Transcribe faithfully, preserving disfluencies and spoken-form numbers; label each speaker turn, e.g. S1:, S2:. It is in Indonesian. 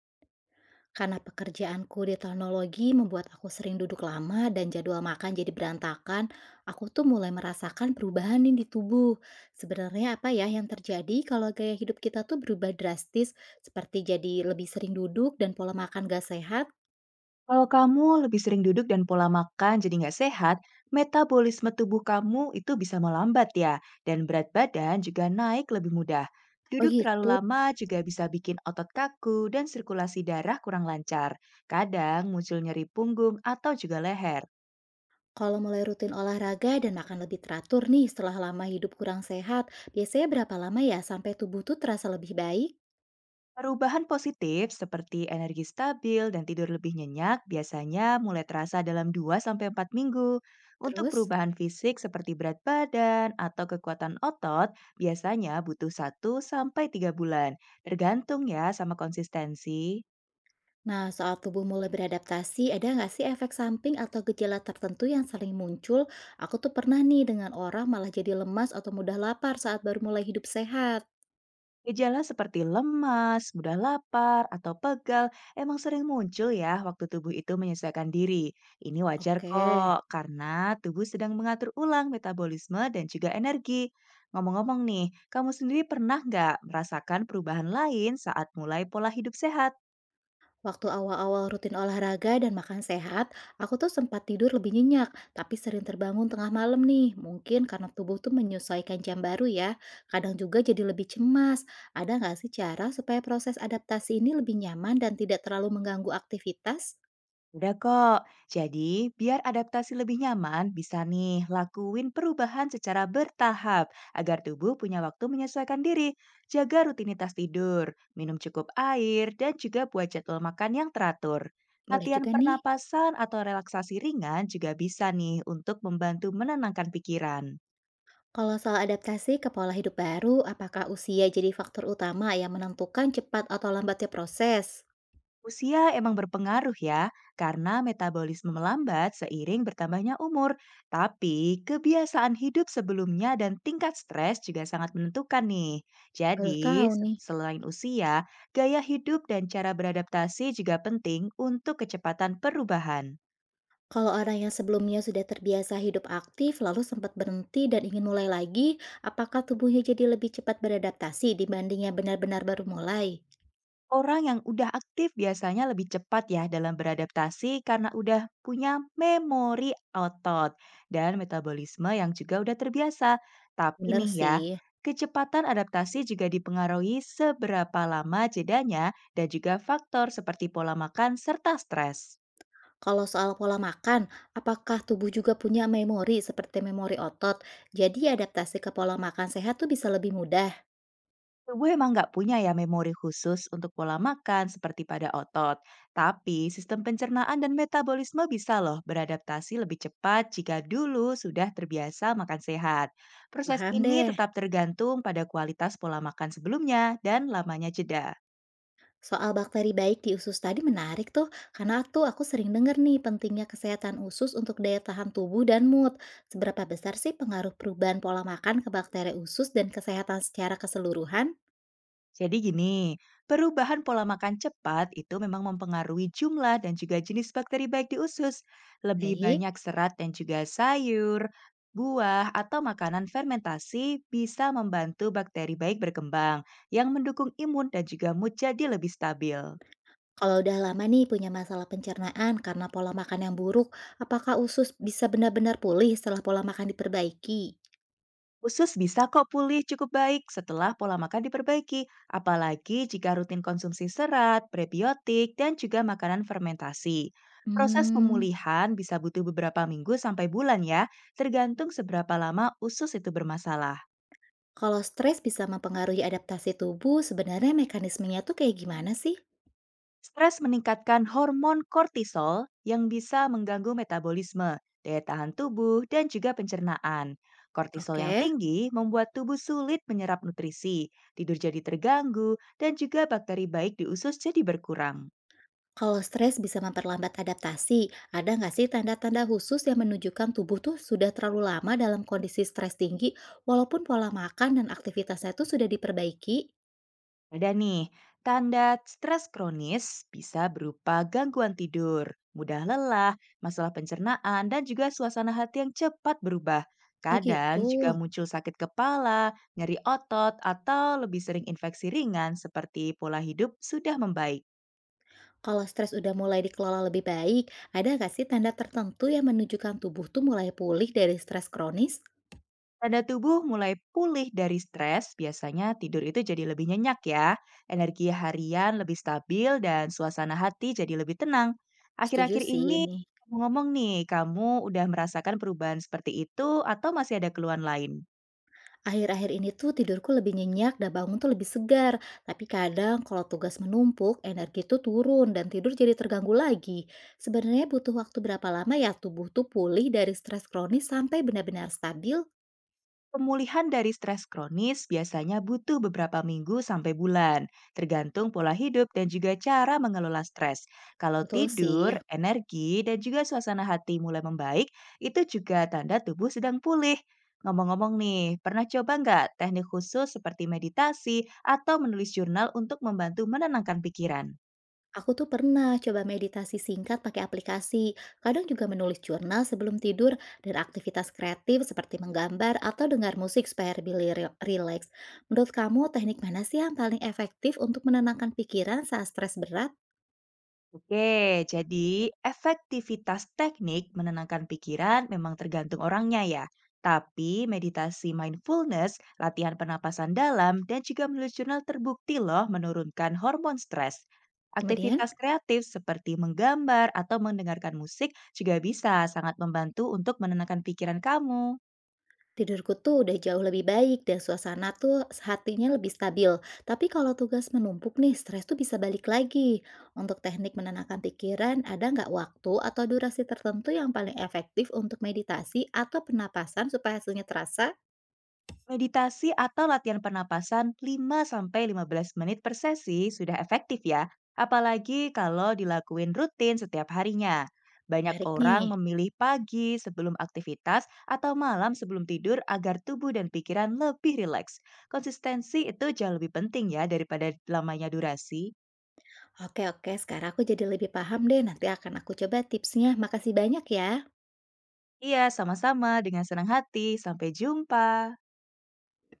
S1: Karena pekerjaanku di teknologi membuat aku sering duduk lama dan jadwal makan jadi berantakan, aku tuh mulai merasakan perubahan nih di tubuh. Sebenarnya apa ya yang terjadi kalau gaya hidup kita tuh berubah drastis, seperti jadi lebih sering duduk dan pola makan gak sehat?
S2: Kalau kamu lebih sering duduk dan pola makan jadi nggak sehat, metabolisme tubuh kamu itu bisa melambat ya, dan berat badan juga naik lebih mudah.
S1: Oh
S2: Duduk terlalu
S1: gitu.
S2: lama juga bisa bikin otot kaku dan sirkulasi darah kurang lancar. Kadang muncul nyeri punggung atau juga leher.
S1: Kalau mulai rutin olahraga dan makan lebih teratur nih setelah lama hidup kurang sehat, biasanya berapa lama ya sampai tubuh tuh terasa lebih baik?
S2: Perubahan positif seperti energi stabil dan tidur lebih nyenyak biasanya mulai terasa dalam dua sampai empat minggu. Untuk
S1: Terus?
S2: perubahan fisik seperti berat badan atau kekuatan otot biasanya butuh satu sampai tiga bulan, tergantung ya sama konsistensi.
S1: Nah, soal tubuh mulai beradaptasi, ada nggak sih efek samping atau gejala tertentu yang sering muncul? Aku tuh pernah nih dengan orang malah jadi lemas atau mudah lapar saat baru mulai hidup sehat.
S2: Gejala seperti lemas, mudah lapar, atau pegal emang sering muncul ya waktu tubuh itu menyesuaikan diri. Ini wajar
S1: Oke,
S2: kok, karena tubuh sedang mengatur ulang metabolisme dan juga energi. Ngomong-ngomong nih, kamu sendiri pernah nggak merasakan perubahan lain saat mulai pola hidup sehat?
S1: waktu awal-awal rutin olahraga dan makan sehat, aku tuh sempat tidur lebih nyenyak, tapi sering terbangun tengah malam nih. Mungkin karena tubuh tuh menyesuaikan jam baru ya. Kadang juga jadi lebih cemas. Ada nggak sih cara supaya proses adaptasi ini lebih nyaman dan tidak terlalu mengganggu aktivitas?
S2: Udah kok. Jadi, biar adaptasi lebih nyaman, bisa nih lakuin perubahan secara bertahap agar tubuh punya waktu menyesuaikan diri. Jaga rutinitas tidur, minum cukup air, dan juga buat jadwal makan yang teratur.
S1: Boleh
S2: Latihan
S1: juga nih.
S2: pernapasan atau relaksasi ringan juga bisa nih untuk membantu menenangkan pikiran.
S1: Kalau soal adaptasi ke pola hidup baru, apakah usia jadi faktor utama yang menentukan cepat atau lambatnya proses?
S2: Usia emang berpengaruh ya, karena metabolisme melambat seiring bertambahnya umur. Tapi kebiasaan hidup sebelumnya dan tingkat stres juga sangat menentukan nih.
S1: Baru
S2: Jadi,
S1: tahu
S2: se-
S1: nih.
S2: selain usia, gaya hidup dan cara beradaptasi juga penting untuk kecepatan perubahan.
S1: Kalau orang yang sebelumnya sudah terbiasa hidup aktif, lalu sempat berhenti dan ingin mulai lagi, apakah tubuhnya jadi lebih cepat beradaptasi dibanding yang benar-benar baru mulai?
S2: Orang yang udah aktif biasanya lebih cepat ya dalam beradaptasi karena udah punya memori otot dan metabolisme yang juga udah terbiasa. Tapi
S1: Bener
S2: nih ya,
S1: sih.
S2: kecepatan adaptasi juga dipengaruhi seberapa lama jedanya dan juga faktor seperti pola makan serta stres.
S1: Kalau soal pola makan, apakah tubuh juga punya memori seperti memori otot? Jadi adaptasi ke pola makan sehat tuh bisa lebih mudah.
S2: Tubuh emang nggak punya ya memori khusus untuk pola makan seperti pada otot, tapi sistem pencernaan dan metabolisme bisa loh beradaptasi lebih cepat jika dulu sudah terbiasa makan sehat. Proses
S1: Paham
S2: ini
S1: deh.
S2: tetap tergantung pada kualitas pola makan sebelumnya dan lamanya jeda.
S1: Soal bakteri baik di usus tadi menarik tuh, karena tuh aku sering denger nih pentingnya kesehatan usus untuk daya tahan tubuh dan mood. Seberapa besar sih pengaruh perubahan pola makan ke bakteri usus dan kesehatan secara keseluruhan?
S2: Jadi gini, perubahan pola makan cepat itu memang mempengaruhi jumlah dan juga jenis bakteri baik di usus. Lebih
S1: Baik,
S2: banyak serat dan juga sayur, buah, atau makanan fermentasi bisa membantu bakteri baik berkembang yang mendukung imun dan juga mood jadi lebih stabil.
S1: kalau udah lama nih punya masalah pencernaan karena pola makan yang buruk, apakah usus bisa benar-benar pulih setelah pola makan diperbaiki?
S2: Usus bisa kok pulih cukup baik setelah pola makan diperbaiki, apalagi jika rutin konsumsi serat, prebiotik, dan juga makanan fermentasi. Proses
S1: Hmm,
S2: pemulihan bisa butuh beberapa minggu sampai bulan ya, tergantung seberapa lama usus itu bermasalah.
S1: kalau stres bisa mempengaruhi adaptasi tubuh, sebenarnya mekanismenya tuh kayak gimana sih?
S2: Stres meningkatkan hormon kortisol yang bisa mengganggu metabolisme, daya tahan tubuh, dan juga pencernaan. Kortisol yang
S1: Oke.
S2: tinggi membuat tubuh sulit menyerap nutrisi, tidur jadi terganggu, dan juga bakteri baik di usus jadi berkurang.
S1: Kalau stres bisa memperlambat adaptasi, ada nggak sih tanda-tanda khusus yang menunjukkan tubuh tuh sudah terlalu lama dalam kondisi stres tinggi, walaupun pola makan dan aktivitasnya tuh sudah diperbaiki?
S2: Ada nih, tanda stres kronis bisa berupa gangguan tidur, mudah lelah, masalah pencernaan, dan juga suasana hati yang cepat berubah.
S1: Oh
S2: Kadang
S1: gitu.
S2: juga muncul sakit kepala, nyeri otot, atau lebih sering infeksi ringan seperti pola hidup sudah membaik.
S1: Kalau stres udah mulai dikelola lebih baik, ada nggak sih tanda tertentu yang menunjukkan tubuh tuh mulai pulih dari stres kronis?
S2: Tanda tubuh mulai pulih dari stres, biasanya tidur itu jadi lebih nyenyak ya, energi harian lebih stabil, dan suasana hati jadi lebih tenang.
S1: Setuju
S2: Akhir-akhir
S1: sih
S2: ini,
S1: ini.
S2: ngomong nih, kamu udah merasakan perubahan seperti itu atau masih ada keluhan lain?
S1: Akhir-akhir ini tuh tidurku lebih nyenyak dan bangun tuh lebih segar. Tapi kadang kalau tugas menumpuk, energi tuh turun dan tidur jadi terganggu lagi. Sebenarnya butuh waktu berapa lama ya tubuh tuh pulih dari stres kronis sampai benar-benar stabil?
S2: Pemulihan dari stres kronis biasanya butuh beberapa minggu sampai bulan, tergantung pola hidup dan juga cara mengelola stres. Kalau
S1: Betul
S2: tidur,
S1: sih.
S2: energi, dan juga suasana hati mulai membaik, itu juga tanda tubuh sedang pulih. Ngomong-ngomong nih, pernah coba nggak teknik khusus seperti meditasi atau menulis jurnal untuk membantu menenangkan pikiran?
S1: Aku tuh pernah coba meditasi singkat pakai aplikasi, kadang juga menulis jurnal sebelum tidur, dan aktivitas kreatif seperti menggambar atau dengar musik supaya lebih ri- rileks. Menurut kamu, teknik mana sih yang paling efektif untuk menenangkan pikiran saat stres berat?
S2: Oke, jadi efektivitas teknik menenangkan pikiran memang tergantung orangnya ya. Tapi meditasi mindfulness, latihan pernapasan dalam, dan juga menulis jurnal terbukti loh menurunkan hormon stres.
S1: Kemudian,
S2: Aktivitas kreatif seperti menggambar atau mendengarkan musik juga bisa sangat membantu untuk menenangkan pikiran kamu.
S1: tidurku tuh udah jauh lebih baik dan suasana tuh hatinya lebih stabil. Tapi kalau tugas menumpuk nih, stres tuh bisa balik lagi. Untuk teknik menenangkan pikiran, ada nggak waktu atau durasi tertentu yang paling efektif untuk meditasi atau penapasan supaya hasilnya terasa?
S2: Meditasi atau latihan pernapasan lima sampai lima belas menit per sesi sudah efektif ya, apalagi kalau dilakuin rutin setiap harinya. Banyak
S1: Menarik
S2: orang
S1: nih.
S2: memilih pagi sebelum aktivitas atau malam sebelum tidur agar tubuh dan pikiran lebih rileks. Konsistensi itu jauh lebih penting ya daripada lamanya durasi.
S1: Oke, oke. Sekarang aku jadi lebih paham deh. Nanti akan aku coba tipsnya. Makasih banyak ya.
S2: Iya, sama-sama. Dengan senang hati. Sampai jumpa.